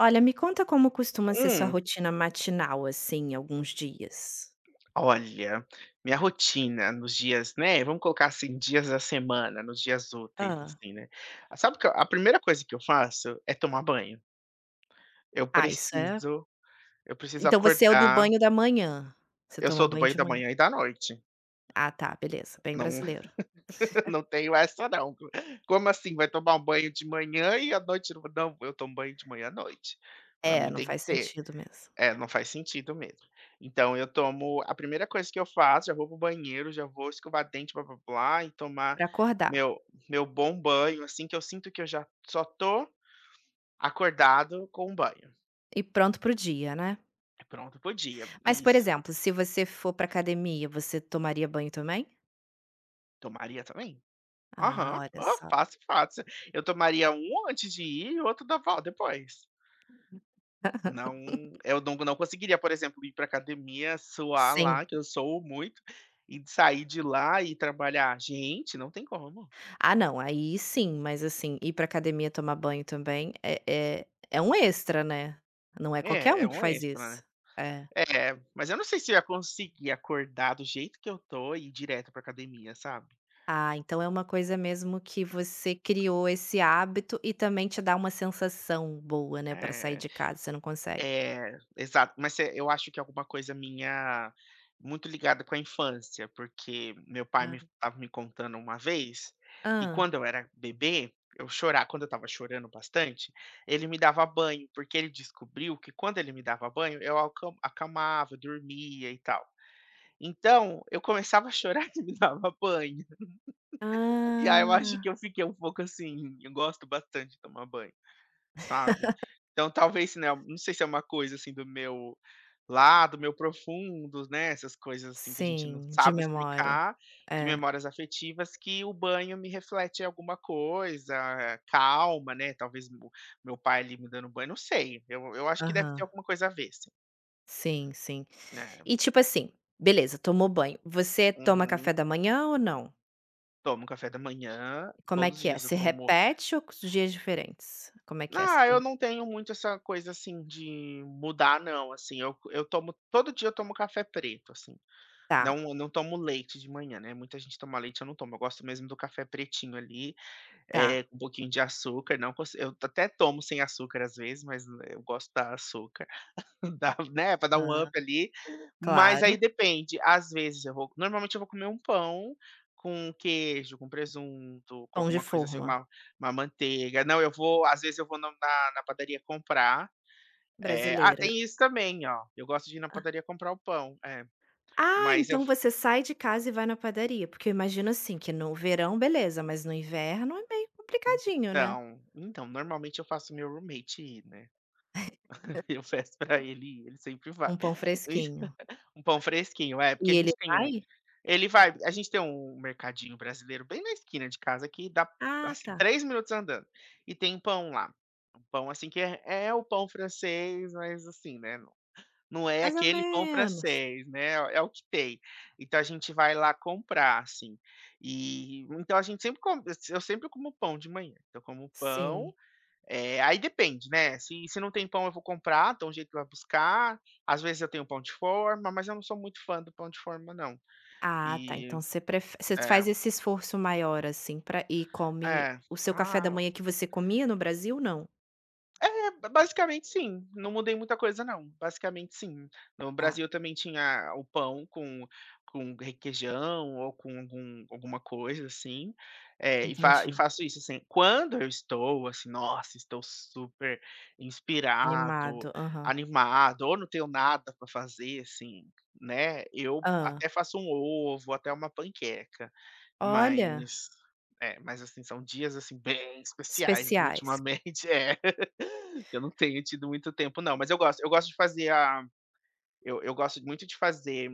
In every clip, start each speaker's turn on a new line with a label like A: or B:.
A: Olha, me conta como costuma ser sua
B: Hum,
A: rotina matinal, assim, alguns dias.
B: Olha, minha rotina nos dias, né, vamos colocar assim, dias da semana, nos dias úteis,
A: Ah.
B: assim, né. Sabe que a primeira coisa que eu faço é tomar banho. Eu
A: Ah, isso é
B: preciso eu preciso
A: então você é o do
B: acordar.
A: banho da manhã? Você
B: Eu sou
A: toma
B: do
A: banho
B: banho
A: de
B: da
A: manhã?
B: manhã e da noite.
A: Ah, tá, beleza, bem
B: Não,
A: brasileiro.
B: não tenho essa não. Como assim, vai tomar um banho de manhã e à noite não? Não, eu tomo banho de manhã à noite. Pra
A: É,
B: mim
A: não
B: tem que
A: faz
B: ter.
A: sentido mesmo.
B: É, não faz sentido mesmo. Então eu tomo a primeira coisa que eu faço, já vou pro banheiro, já vou escovar dente, blá-blá-blá, e tomar
A: Pra acordar
B: meu meu bom banho, assim, que eu sinto que eu já só tô acordado com o banho.
A: e pronto para o dia, né.
B: É. Pronto para dia.
A: Mas, por
B: Isso.
A: exemplo, se você for pra academia, você tomaria banho também?
B: Tomaria também?
A: Ah,
B: Aham.
A: olha
B: Ó,
A: só.
B: fácil, fácil. Eu tomaria um antes de ir e outro da volta depois. Não, eu não conseguiria, por exemplo, ir pra academia, suar
A: Sim.
B: lá, que eu sou muito, e sair de lá e trabalhar. Gente, não tem como.
A: Ah, não, aí sim, mas, assim, ir pra academia tomar banho também é é um extra, né. Não é qualquer
B: É, é
A: um que
B: um
A: faz
B: extra, né.
A: isso. É.
B: É, mas eu não sei se eu ia conseguir acordar do jeito que eu tô e ir direto pra academia, sabe.
A: Ah, então é uma coisa mesmo que você criou esse hábito e também te dá uma sensação boa, né, pra sair
B: É,
A: de casa, você não consegue.
B: exato, mas se eu acho que é alguma coisa minha muito ligada com a infância, porque meu pai me
A: Ah.
B: estava me contando uma vez que
A: Hã.
B: quando eu era bebê, eu chorava, quando eu estava chorando bastante, ele me dava banho, porque ele descobriu que quando ele me dava banho, eu acamava, dormia e tal. Então, eu começava a chorar e me dava banho. E aí eu acho que
A: Ah,
B: eu fiquei um pouco assim, eu gosto bastante de tomar banho, sabe. Então talvez, né, não sei se é uma coisa assim do meu lado, meu profundo, né, essas coisas assim que a gente não
A: sim, de
B: sabe
A: memória.
B: explicar, de
A: É,
B: memórias afetivas, que o banho me reflete alguma coisa, calma, né, talvez o meu pai ali me dando banho, não sei, eu acho que deve ter
A: aham.
B: alguma coisa a ver sim.
A: Sim, sim.
B: É,
A: E tipo assim, beleza, tomou banho, você toma café
B: uhum.
A: da manhã ou não?
B: Tomo café da manhã,
A: Como é
B: todos os
A: que é?
B: dias eu
A: Você
B: tomo.
A: repete ou c dias diferentes? Como é que é? Você
B: Ah, eu
A: tem
B: não tenho muito essa coisa, assim, de mudar não, assim, eu tomo todo dia eu tomo café preto, assim,
A: tá,
B: não, eu não tomo leite de manhã, né, muita gente toma leite, eu não tomo, eu gosto mesmo do café pretinho ali,
A: tá.
B: é com um pouquinho de açúcar, não consi eu até tomo sem açúcar às vezes, mas eu gosto da açúcar. Dá, né, para dar um
A: Hã,
B: up ali, mas aí
A: claro.
B: depende, às vezes eu vou normalmente eu vou comer um pão com queijo, com presunto, com
A: Pão de
B: alguma coisa assim,
A: forma
B: uma manteiga. Não, eu vou às vezes eu vou na na padaria comprar,
A: brasileira.
B: tem isso também, ó, eu gosto de ir na padaria comprar o pão, é,
A: Ah,
B: mas eu
A: então você sai de casa e vai na padaria, porque eu imagino, assim, que no verão beleza, mas no inverno é meio complicadinho, né,
B: então, normalmente eu faço meu roommate ir, né, eu peço pra ele ir, ele sempre vai.
A: um pão fresquinho.
B: Um pão fresquinho, é, porque
A: E
B: a
A: ele
B: gente tem um,
A: vai?
B: ele vai, a gente tem um mercadinho brasileiro bem na esquina de casa que dá,
A: Ah
B: assim,
A: tá,
B: 3 minutos andando, e tem um pão lá. Um pão, assim, que é o pão francês, mas assim, né, não não é
A: mais ou
B: aquele pão
A: menos.
B: francês, né, é o que tem. Então a gente vai lá comprar, assim. E então a gente sempre come eu sempre como pão de manhã. Então eu como pão,
A: Sim.
B: é, aí depende, né? Se não tem pão, eu vou comprar, dou um jeito para buscar. Às vezes eu tenho pão de forma, mas eu não sou muito fã do pão de forma, não.
A: Ah tá,
B: E
A: então você prefe você
B: é,
A: faz esse esforço maior, assim, para e come
B: é,
A: o seu café da
B: ah,
A: manhã que você comia no Brasil, não?
B: é, basicamente sim, não mudei muita coisa não, basicamente sim. No
A: Tá,
B: Brasil também tinha o pão com requeijão ou com alguma coisa assim, e
A: entendi.
B: faço isso assim. Quando eu estou assim, nossa, estou super inspirado,
A: Animado, aham.
B: animado, ou não tenho nada para fazer assim, né, eu até
A: Hã.
B: faço um ovo, até uma panqueca,
A: Olha,
B: mas é, mas assim, são dias assim bem especiais, viu,
A: especiais.
B: ultimamente. É. Eu não tenho tido muito tempo, não, mas eu gosto. Eu gosto de fazer a. Eu gosto muito de fazer.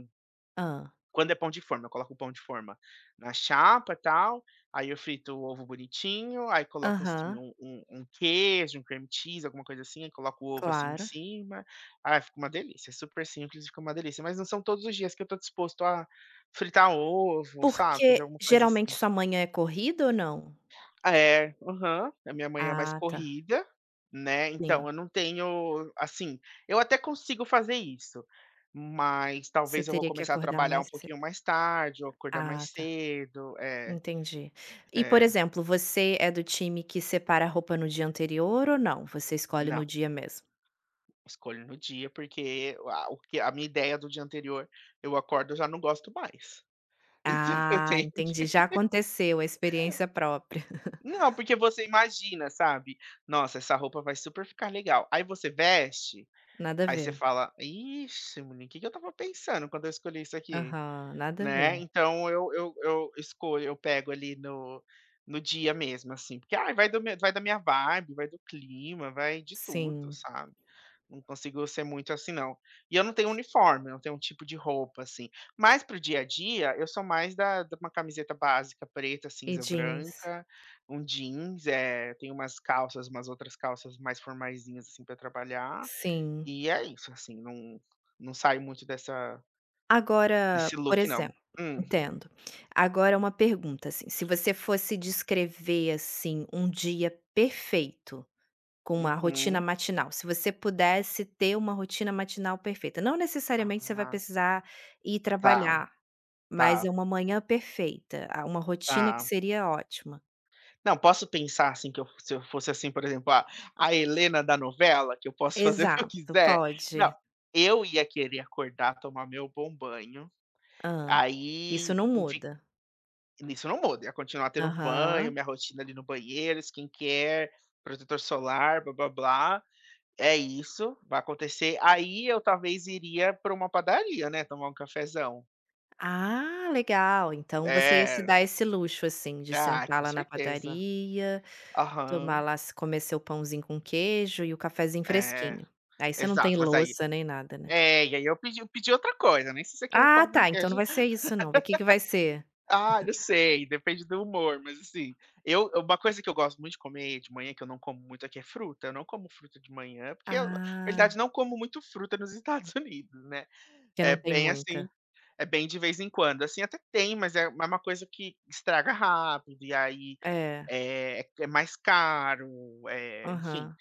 A: Ah.
B: Quando é pão de forma, eu coloco o pão de forma na chapa e tal. Aí eu frito o ovo bonitinho, aí coloco assim
A: Aham,
B: um queijo, um cream cheese, alguma coisa assim, aí coloco o ovo assim em
A: claro.
B: cima. Ah, fica uma delícia, é super simples, fica uma delícia. Mas não são todos os dias que eu tô disposto a fritar ovo, sabe? Fazer
A: Porque
B: alguma coisa
A: geralmente
B: assim.
A: sua manhã é corrida ou não?
B: Ah, é, aham. A minha mãe é mais
A: Ah tá,
B: corrida, né, então
A: sim.
B: eu não tenho assim, eu até consigo fazer isso, mas
A: Você
B: talvez eu vou
A: teria que
B: começar a
A: acordar
B: trabalhar um
A: mais
B: pouquinho
A: cedo.
B: mais tarde ou acordar
A: Ah
B: mais
A: tá,
B: cedo. É,
A: entendi. E por
B: é.
A: exemplo, você é do time que separa a roupa no dia anterior ou não? Você escolhe no
B: Não,
A: dia mesmo?
B: escolho no dia, porque a o que a minha ideia do dia anterior, eu acordo, eu já não gosto mais. Então eu
A: Ah,
B: tenho,
A: entendi, já aconteceu, a experiência própria.
B: não, porque você imagina, sabe, "Nossa, essa roupa vai super ficar legal", aí você veste,
A: Nada a
B: aí você
A: ver.
B: fala: "Ixi, menino, o que que eu tava pensando quando eu escolhi isso aqui?",
A: Aham, nada a ver.
B: né. Então eu escolho, eu pego ali no no dia mesmo, assim, porque, ai, vai do meu vai da minha vibe, vai do clima, vai de tudo,
A: Sim.
B: sabe. Não consigo ser muito assim não. E eu não tenho uniforme, eu não tenho um tipo de roupa, assim. Mas pro dia a dia, eu sou mais da de uma camiseta básica preta,
A: E
B: cinza,
A: jeans?
B: branca, um jeans, é, tenho umas calças, umas outras calças mais formaisinhas, assim, para trabalhar.
A: Sim.
B: E é isso, assim, não não saio muito dessa
A: Agora,
B: desse
A: por
B: look não.
A: exemplo,
B: Hum,
A: entendo. Agora uma pergunta, assim, se você fosse descrever, assim, um dia perfeito com uma rotina
B: uhum.
A: matinal, se você pudesse ter uma rotina matinal perfeita, não
B: Ah,
A: necessariamente você vai precisar ir
B: tá,
A: trabalhar, mas
B: tá,
A: é uma manhã perfeita, ah, uma rotina que
B: tá.
A: seria ótima.
B: Não, posso pensar, assim, que eu, se eu fosse, assim, por exemplo, a Helena da novela, que eu posso fazer o que eu
A: Exato,
B: quiser. Não,
A: pode.
B: eu ia querer acordar, tomar meu bom banho,
A: Hã. Isso
B: aí,
A: não
B: enfim,
A: muda.
B: isso não muda, ia continuar tendo banho,
A: Aham.
B: minha rotina ali no banheiro, skincare, protetor solar, blá-blá-blá. É isso, vai acontecer. Aí eu talvez iria para uma padaria, né, tomar um cafezão.
A: Ah, legal. Então você se
B: É.
A: dá esse luxo, assim, de
B: Ah,
A: sentar
B: com
A: lá na
B: certeza.
A: padaria, tomar
B: Aham.
A: lá s comer seu pãozinho com queijo e o cafezinho
B: É,
A: fresquinho. Aí você não tem
B: exato, mas aí
A: louça nem nada, né.
B: é, e aí eu pedi outra coisa, nem sei se é aquele
A: Ah,
B: pão com
A: tá, então
B: queijo,
A: não vai ser isso não. O que que vai ser?
B: ah, não sei, depende do humor, mas assim, eu uma coisa que eu gosto muito de comer de manhã, que eu não como muito aqui, é fruta. Eu não como fruta de manhã, porque eu, na
A: Ah,
B: verdade, não como muito fruta nos Estados Unidos, né.
A: que
B: É
A: não tem
B: bem assim,
A: muita.
B: é bem de vez em quando, assim, até tem, mas é uma coisa que estraga rápido, e aí,
A: É,
B: é mais caro, enfim.
A: aham.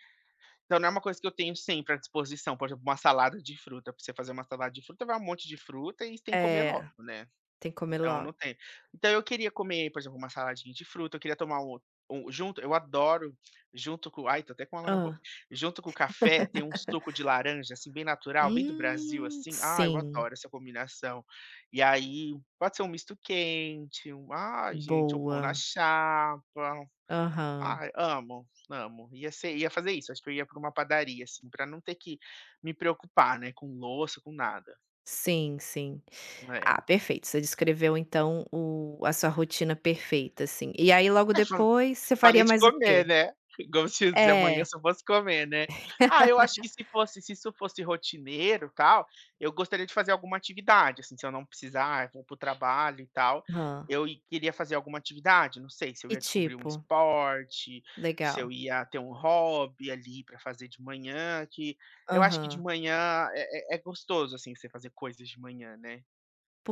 B: Então não é uma coisa que eu tenho sempre à disposição, por exemplo, uma salada de fruta, para você fazer uma salada de fruta, vai um monte de fruta e tem que comer
A: É,
B: logo, né.
A: tem que comer
B: Não, não
A: logo.
B: tem. Então eu queria comer, por exemplo, uma saladinha de fruta, eu queria tomar um um junto eu adoro, junto com ai, tô até com água na boca.
A: Ah.
B: Junto com o café, tem um suco de laranja, assim, bem natural, bem do Brasil, assim. Ah, eu
A: Sim.
B: adoro essa combinação. E aí, pode ser um misto quente, um, ai, gente, um pão na
A: Boa.
B: chapa.
A: Aham.
B: Ai, amo, amo. Ia fazer isso, acho que eu ia pra uma padaria, assim, pra não ter que me preocupar, né, com louça, com nada,
A: Sim, sim.
B: né.
A: Ah, perfeito. Você descreveu então o a sua rotina perfeita, assim. E aí logo
B: É,
A: depois você faria
B: falei de
A: mais o
B: comer,
A: quê?
B: né. Gostinhos de amanhã,
A: É.
B: se eu fosse comer, né. Ah, eu acho que se isso fosse rotineiro, tal, eu gostaria de fazer alguma atividade, assim, se eu não precisar, eu vou para o trabalho e tal,
A: Aham.
B: eu i queria fazer alguma atividade, não sei, se eu
A: Que
B: ia descobrir um
A: tipo?
B: esporte, se eu
A: Legal.
B: ia ter um hobby ali para fazer de manhã, que eu acho que de
A: Aham.
B: manhã é é gostoso, assim, você fazer coisas de manhã, né.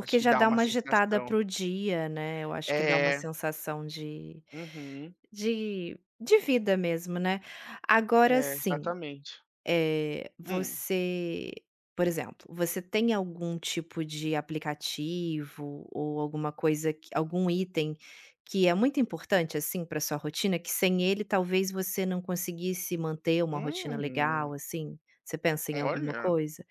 B: Acho que
A: já
B: dá
A: dá
B: uma
A: uma agitada
B: sensação.
A: para o dia, né, eu acho que dá uma
B: É.
A: sensação de
B: Uhum.
A: de vida mesmo, né. Agora
B: É,
A: sim.
B: exatamente. Hum.
A: Você, por exemplo, você tem algum tipo de aplicativo ou alguma coisa que algum item que é muito importante, assim, para sua rotina, que sem ele talvez você não conseguisse manter uma rotina legal,
B: Hum,
A: assim? Você pensa em alguma
B: olha,
A: coisa?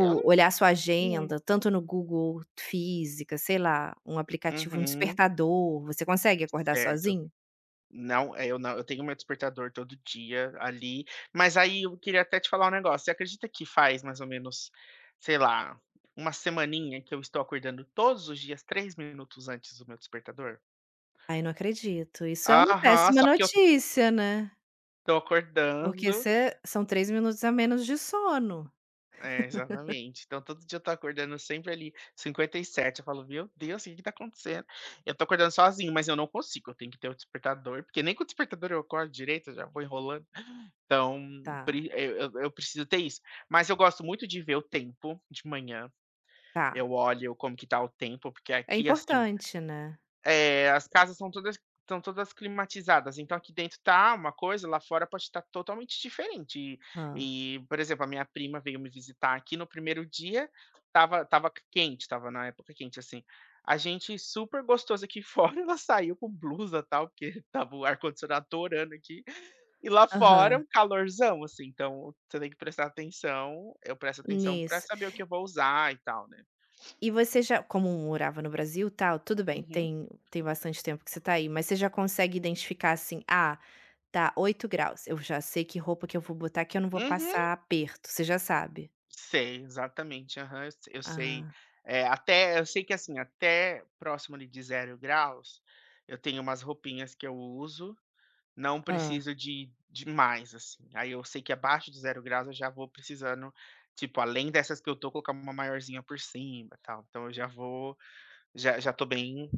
B: eu não.
A: olhar sua
B: Hum,
A: agenda, tanto no Google Física, sei lá, um aplicativo, um
B: uhum,
A: despertador, você consegue acordar
B: certo.
A: sozinho?
B: Não, é, eu não eu tenho meu despertador todo dia ali, mas aí eu queria até te falar um negócio, você acredita que faz mais ou menos, sei lá, uma semaninha que eu estou acordando todos os dias 3 minutos antes do meu despertador?
A: Ai, não acredito, isso é uma
B: Aham,
A: péssima
B: só que eu
A: notícia, né?
B: tô
A: Porque
B: acordando.
A: você são 3 minutos a menos de sono.
B: É, exatamente. Então todo dia eu tô acordando sempre ali 57, eu falo: "Meu Deus, o que que tá acontecendo?". Eu tô acordando sozinho, mas eu não consigo, eu tenho que ter o despertador, porque nem com o despertador eu acordo direito, eu já vou enrolando. Então,
A: Tá,
B: pre eu preciso ter isso. Mas eu gosto muito de ver o tempo de manhã, eu
A: tá.
B: olho como que tá o tempo, porque
A: É
B: aqui, assim,
A: importante, né.
B: é, as casas são todas estão todas climatizadas, então aqui dentro tá uma coisa, lá fora pode estar totalmente diferente.
A: Hã.
B: E por exemplo, a minha prima veio me visitar aqui no primeiro dia, tava quente, tava na época quente, assim. A gente super gostoso aqui fora, ela saiu com blusa tal, porque tava o ar-condicionado torando aqui. E lá fora, é um
A: Aham,
B: calorzão, assim, então você tem que prestar atenção, eu presto atenção para
A: nisso.
B: saber o que eu vou usar e tal, né.
A: E você já como morava no Brasil, tal, tudo bem,
B: Uhum.
A: tem bastante tempo que você tá aí, mas você já consegue identificar, assim: "Ah, tá oito graus, eu já sei que roupa que eu vou botar que eu não vou
B: Uhum.
A: passar aperto", você já sabe?
B: Sei, exatamente. Aham, eu se eu sei.
A: Ah,
B: Até eu sei que, assim, até próximo ali de zero graus, eu tenho umas roupinhas que eu uso, não
A: ah.
B: preciso de mais, assim. Aí eu sei que abaixo de zero graus eu já vou precisando, tipo, além dessas que eu tô, colocar uma maiorzinha por cima, tal. Então eu já vou já tô bem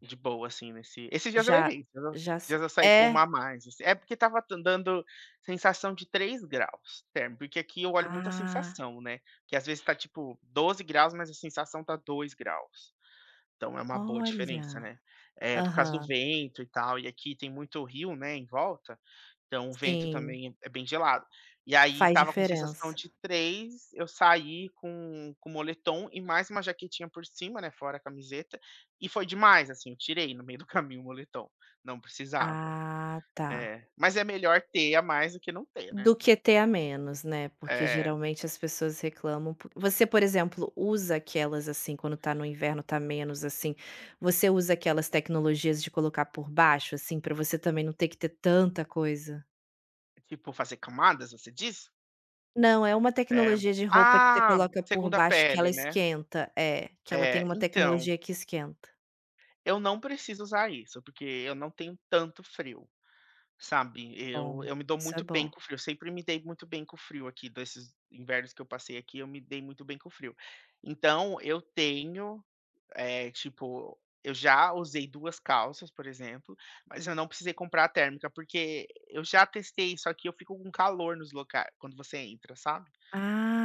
B: de boa, assim, nesse esses dias eu
A: Já
B: errei, entendeu.
A: já
B: Esses
A: sa
B: dias eu saí
A: é?
B: com uma a mais, assim. É porque tava tan dando sensação de 3 graus térmico, porque aqui eu olho muito a
A: Ah,
B: sensação, né, que às vezes tá, tipo, 12 graus, mas a sensação tá 2 graus. Então é uma boa diferença,
A: olha.
B: né. É por causa do
A: Aham,
B: vento e tal, e aqui tem muito rio, né, em volta, então o vento
A: sim,
B: também é bem gelado. E aí
A: faz
B: estava com sensação
A: diferença.
B: de 3. Eu saí com moletom e mais uma jaquetinha por cima, né, fora a camiseta, e foi demais, assim, eu tirei no meio do caminho o moletom, não precisava.
A: Ah, tá.
B: É, mas é melhor ter a mais do que não ter, né.
A: Do que ter a menos, né, porque
B: É,
A: geralmente as pessoas reclamam po você, por exemplo, usa aquelas, assim, quando tá no inverno, tá menos, assim, você usa aquelas tecnologias de colocar por baixo, assim, pra você também não ter que ter tanta coisa?
B: tipo fazer camadas, você diz?
A: Não, é uma
B: É.
A: tecnologia de roupa que você
B: Ah,
A: coloca por
B: segunda
A: baixo que ela
B: pele, né.
A: esquenta. É, que ela tem
B: É,
A: uma
B: então,
A: tecnologia que esquenta.
B: eu não preciso usar isso, porque eu não tenho tanto frio. Sabe, eu
A: Bom,
B: eu me dou
A: isso é
B: muito bem
A: bom.
B: com o frio, eu sempre me dei muito bem com o frio aqui, desses invernos que eu passei aqui, eu me dei muito bem com o frio. Então eu tenho, tipo, eu já usei 2 calças, por exemplo, mas eu não precisei comprar a térmica, porque eu já testei isso aqui, eu fico com calor nos locais quando você entra, sabe.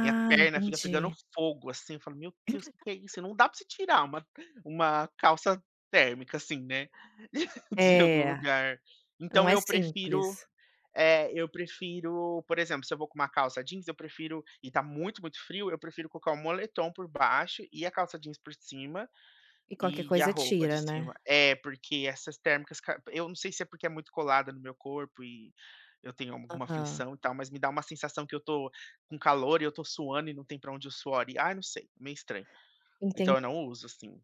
B: Minha perna fica pegando
A: entendi.
B: fogo, assim, eu falo: "Meu Deus, o que que é isso?". Não dá pra se tirar uma calça térmica, assim, né, de algum
A: É,
B: lugar.
A: não
B: Então
A: é
B: eu prefiro,
A: simples.
B: é, eu prefiro, por exemplo, se eu vou com uma calça jeans, eu prefiro e tá muito, muito frio, eu prefiro colocar o moletom por baixo e a calça jeans por cima
A: E qualquer
B: e a
A: coisa
B: roupa de
A: tira,
B: cima.
A: né?
B: É, porque essas térmicas, eu não sei se é porque é muito colada no meu corpo e eu tenho alguma
A: Aham.
B: aflição e tal, mas me dá uma sensação que eu tô com calor e eu tô suando e não tem pra onde eu suor ir. Ai, não sei, meio estranho.
A: Enten
B: Então eu não uso assim.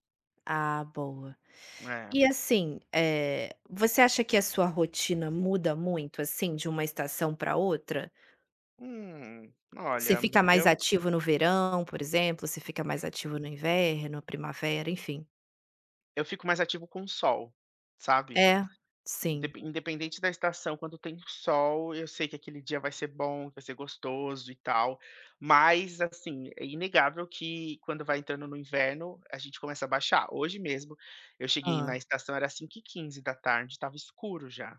A: ah, boa.
B: É.
A: E assim, você acha que a sua rotina muda muito, assim, de uma estação para outra? Você
B: Olha,
A: fica mais
B: eu
A: ativo no verão, por exemplo? Você fica mais ativo no inverno, primavera, enfim.
B: eu fico mais ativo com o sol, sabe?
A: É, sim.
B: Dep Independente da estação, quando tem sol, eu sei que aquele dia vai ser bom, que vai ser gostoso e tal, mas, assim, é inegável que quando vai entrando no inverno, a gente começa a baixar. Hoje mesmo, eu cheguei na
A: Hã.
B: estação, era 17h15 da tarde, estava escuro já.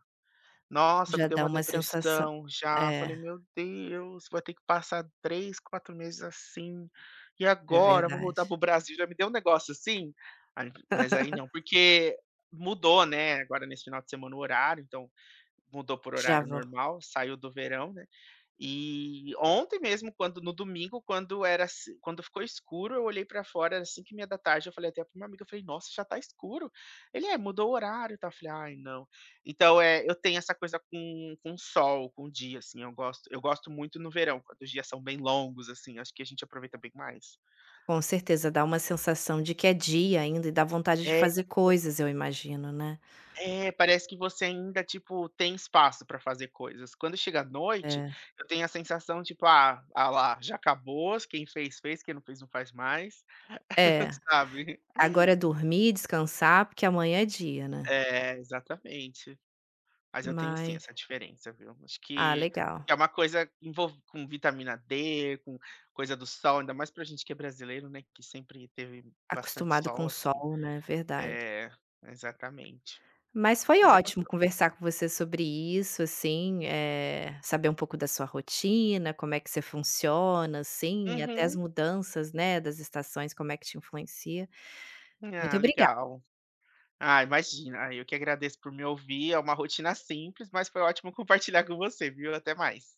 B: Nossa, me
A: Já
B: deu
A: dá
B: uma
A: uma sensação
B: depressão já, falei:
A: é,
B: "Meu Deus, vai ter que passar 3, 4 meses assim, e
A: é
B: agora? Vou
A: verdade.
B: voltar pro Brasil", já me deu um negócio assim, aí não, porque mudou, né, agora nesse final de semana o horário, então mudou por
A: Já
B: horário
A: vou
B: normal, saiu do verão, né. E ontem mesmo, quando no domingo, quando era assi quando ficou escuro, eu olhei pra fora, era cinco e meia da tarde, eu falei até para o meu amigo, eu falei: "Nossa, já tá escuro". Ele: "É, mudou o horário tá tal". Eu falei: "Ai, não". Então, é, eu tenho essa coisa com o sol, com o dia, assim, eu gosto muito no verão, quando os dias são bem longos, assim, acho que a gente aproveita bem mais.
A: com certeza, dá uma sensação de que é dia ainda e dá vontade de
B: É.
A: fazer coisas, eu imagino, né.
B: É, parece que você ainda, tipo, tem espaço pra fazer coisas. Quando chega à noite,
A: É.
B: eu tenho a sensação, tipo: "Ah, ah lá, já acabou, quem fez, fez, quem não fez, não faz mais",
A: É,
B: sabe.
A: agora é dormir, descansar, porque amanhã é dia, né.
B: É, exatamente. Mas eu tenho sim
A: Mas
B: essa diferença, viu. Acho
A: ah,
B: que
A: legal.
B: é uma coisa envolv com vitamina D, com coisa do sol, ainda mais pra gente que é brasileiro, né, que sempre teve bastante
A: Acostumado com
B: sol,
A: o
B: assim.
A: sol, né, verdade.
B: É, exatamente.
A: Mas foi
B: Mas é
A: ótimo
B: gostoso.
A: conversar com você sobre isso, assim, saber um pouco da sua rotina, como é que você funciona, assim, até as
B: Uhum.
A: mudanças, né, das estações, como é que te influencia. Muito
B: Ah,
A: obrigada.
B: legal. Ah, imagina. Ah, eu que agradeço por me ouvir. É uma rotina simples, mas foi ótimo compartilhar com você, viu? Até mais.